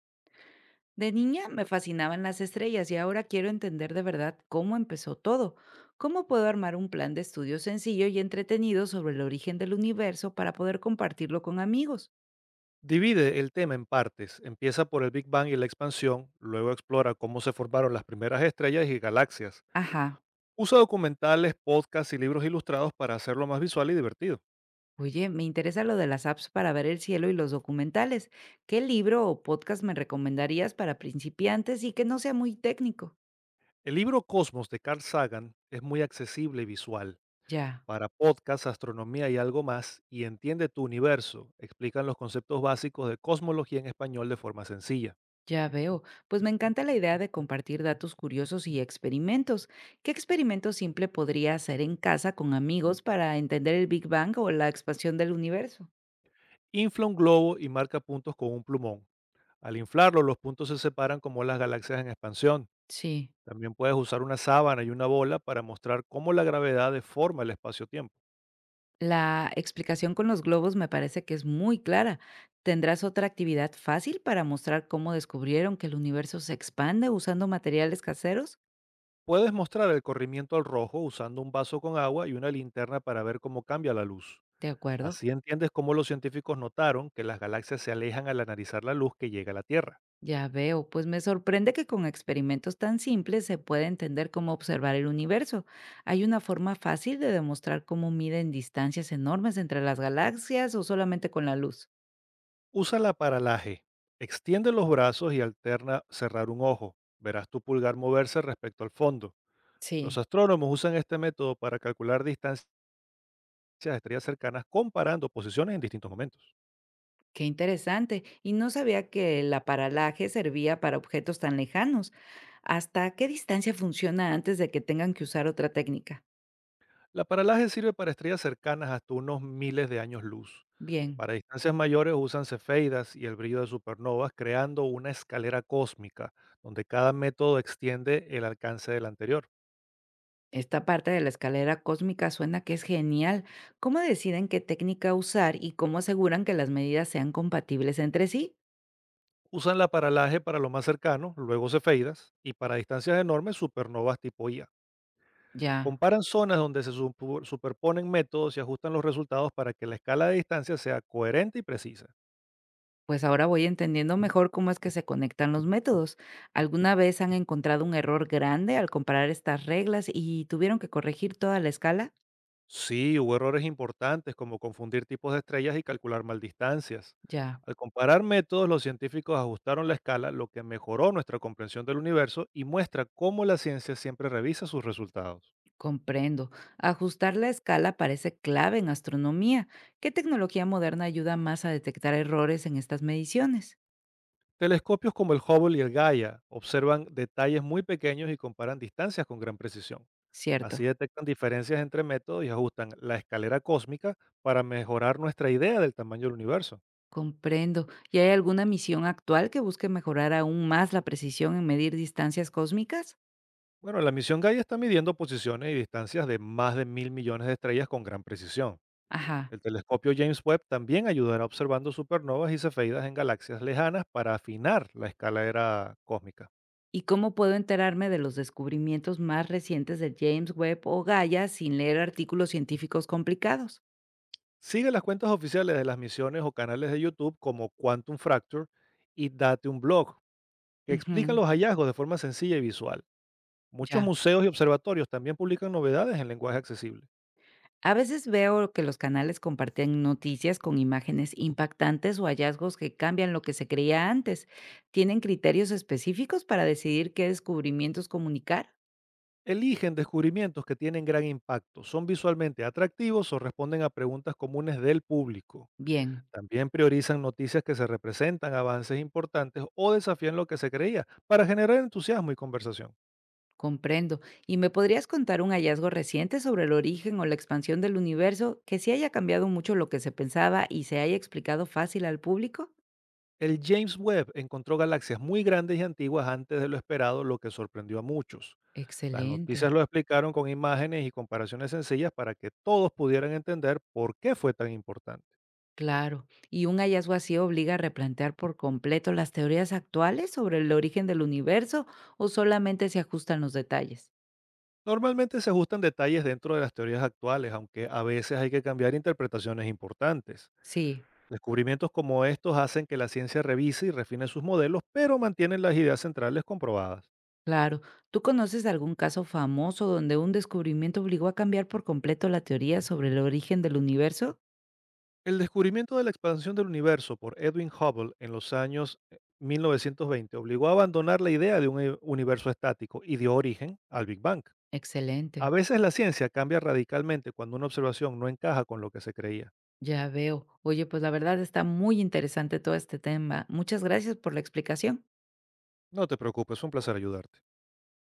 De niña me fascinaban las estrellas y ahora quiero entender de verdad cómo empezó todo. ¿Cómo puedo armar un plan de estudio sencillo y entretenido sobre el origen del universo para poder compartirlo con amigos? Divide el tema en partes. Empieza por el Big Bang y la expansión, luego explora cómo se formaron las primeras estrellas y galaxias. Ajá. Usa documentales, podcasts y libros ilustrados para hacerlo más visual y divertido. Oye, me interesa lo de las apps para ver el cielo y los documentales. ¿Qué libro o podcast me recomendarías para principiantes y que no sea muy técnico? El libro Cosmos de Carl Sagan es muy accesible y visual. Ya. Para podcasts, astronomía y algo más, y Entiende tu universo, explican los conceptos básicos de cosmología en español de forma sencilla. Ya veo, pues me encanta la idea de compartir datos curiosos y experimentos. ¿Qué experimento simple podría hacer en casa con amigos para entender el Big Bang o la expansión del universo? Infla un globo y marca puntos con un plumón. Al inflarlo, los puntos se separan como las galaxias en expansión. Sí. También puedes usar una sábana y una bola para mostrar cómo la gravedad deforma el espacio-tiempo. La explicación con los globos me parece que es muy clara. ¿Tendrás otra actividad fácil para mostrar cómo descubrieron que el universo se expande usando materiales caseros? Puedes mostrar el corrimiento al rojo usando un vaso con agua y una linterna para ver cómo cambia la luz. De acuerdo. Así entiendes cómo los científicos notaron que las galaxias se alejan al analizar la luz que llega a la Tierra. Ya veo, pues me sorprende que con experimentos tan simples se pueda entender cómo observar el universo. ¿Hay una forma fácil de demostrar cómo miden distancias enormes entre las galaxias o solamente con la luz? Usa la paralaje. Extiende los brazos y alterna cerrar un ojo. Verás tu pulgar moverse respecto al fondo. Los Sí, astrónomos usan este método para calcular distancias de estrellas cercanas comparando posiciones en distintos momentos. qué interesante. Y no sabía que el aparalaje servía para objetos tan lejanos. ¿Hasta qué distancia funciona antes de que tengan que usar otra técnica? La paralaje sirve para estrellas cercanas hasta unos miles de años luz. Bien. Para distancias mayores usan cefeidas y el brillo de supernovas, creando una escalera cósmica, donde cada método extiende el alcance del anterior. Esta parte de la escalera cósmica suena que es genial. ¿Cómo deciden qué técnica usar y cómo aseguran que las medidas sean compatibles entre sí? Usan la paralaje para lo más cercano, luego cefeidas, y para distancias enormes, supernovas tipo IA. Ya, Comparan zonas donde se superponen métodos y ajustan los resultados para que la escala de distancia sea coherente y precisa. pues ahora voy entendiendo mejor cómo es que se conectan los métodos. ¿Alguna vez han encontrado un error grande al comparar estas reglas y tuvieron que corregir toda la escala? Sí, hubo errores importantes como confundir tipos de estrellas y calcular mal distancias. Ya, Al comparar métodos, los científicos ajustaron la escala, lo que mejoró nuestra comprensión del universo y muestra cómo la ciencia siempre revisa sus resultados. comprendo. Ajustar la escala parece clave en astronomía. ¿Qué tecnología moderna ayuda más a detectar errores en estas mediciones? Telescopios como el Hubble y el Gaia observan detalles muy pequeños y comparan distancias con gran precisión. Así Cierto. detectan diferencias entre métodos y ajustan la escalera cósmica para mejorar nuestra idea del tamaño del universo. Comprendo. ¿Y hay alguna misión actual que busque mejorar aún más la precisión en medir distancias cósmicas? Bueno, la misión Gaia está midiendo posiciones y distancias de más de 1.000 millones de estrellas con gran precisión. Ajá. El telescopio James Webb también ayudará observando supernovas y cefeidas en galaxias lejanas para afinar la escalera cósmica. ¿Y cómo puedo enterarme de los descubrimientos más recientes de James Webb o Gaia sin leer artículos científicos complicados? Sigue las cuentas oficiales de las misiones o canales de YouTube como Quantum Fracture y Date un Blog, que explican Ujú, los hallazgos de forma sencilla y visual. Muchos ya. museos y observatorios también publican novedades en lenguaje accesible. A veces veo que los canales comparten noticias con imágenes impactantes o hallazgos que cambian lo que se creía antes. ¿Tienen criterios específicos para decidir qué descubrimientos comunicar? Eligen descubrimientos que tienen gran impacto, son visualmente atractivos o responden a preguntas comunes del público. Bien. También priorizan noticias que se representan avances importantes o desafían lo que se creía para generar entusiasmo y conversación. Comprendo. ¿Y me podrías contar un hallazgo reciente sobre el origen o la expansión del universo que sí haya cambiado mucho lo que se pensaba y se haya explicado fácil al público? El James Webb encontró galaxias muy grandes y antiguas antes de lo esperado, lo que sorprendió a muchos. Las noticias Excelente, lo explicaron con imágenes y comparaciones sencillas para que todos pudieran entender por qué fue tan importante. claro. ¿Y un hallazgo así obliga a replantear por completo las teorías actuales sobre el origen del universo o solamente se ajustan los detalles? Normalmente se ajustan detalles dentro de las teorías actuales, aunque a veces hay que cambiar interpretaciones importantes. Sí, Descubrimientos como estos hacen que la ciencia revise y refine sus modelos, pero mantienen las ideas centrales comprobadas. claro. ¿Tú conoces algún caso famoso donde un descubrimiento obligó a cambiar por completo la teoría sobre el origen del universo? El descubrimiento de la expansión del universo por Edwin Hubble en los años 1920 obligó a abandonar la idea de un universo estático y dio origen al Big Bang. A Excelente. veces la ciencia cambia radicalmente cuando una observación no encaja con lo que se creía. Ya veo. Oye, pues la verdad está muy interesante todo este tema. Muchas gracias por la explicación. No te preocupes, es un placer ayudarte.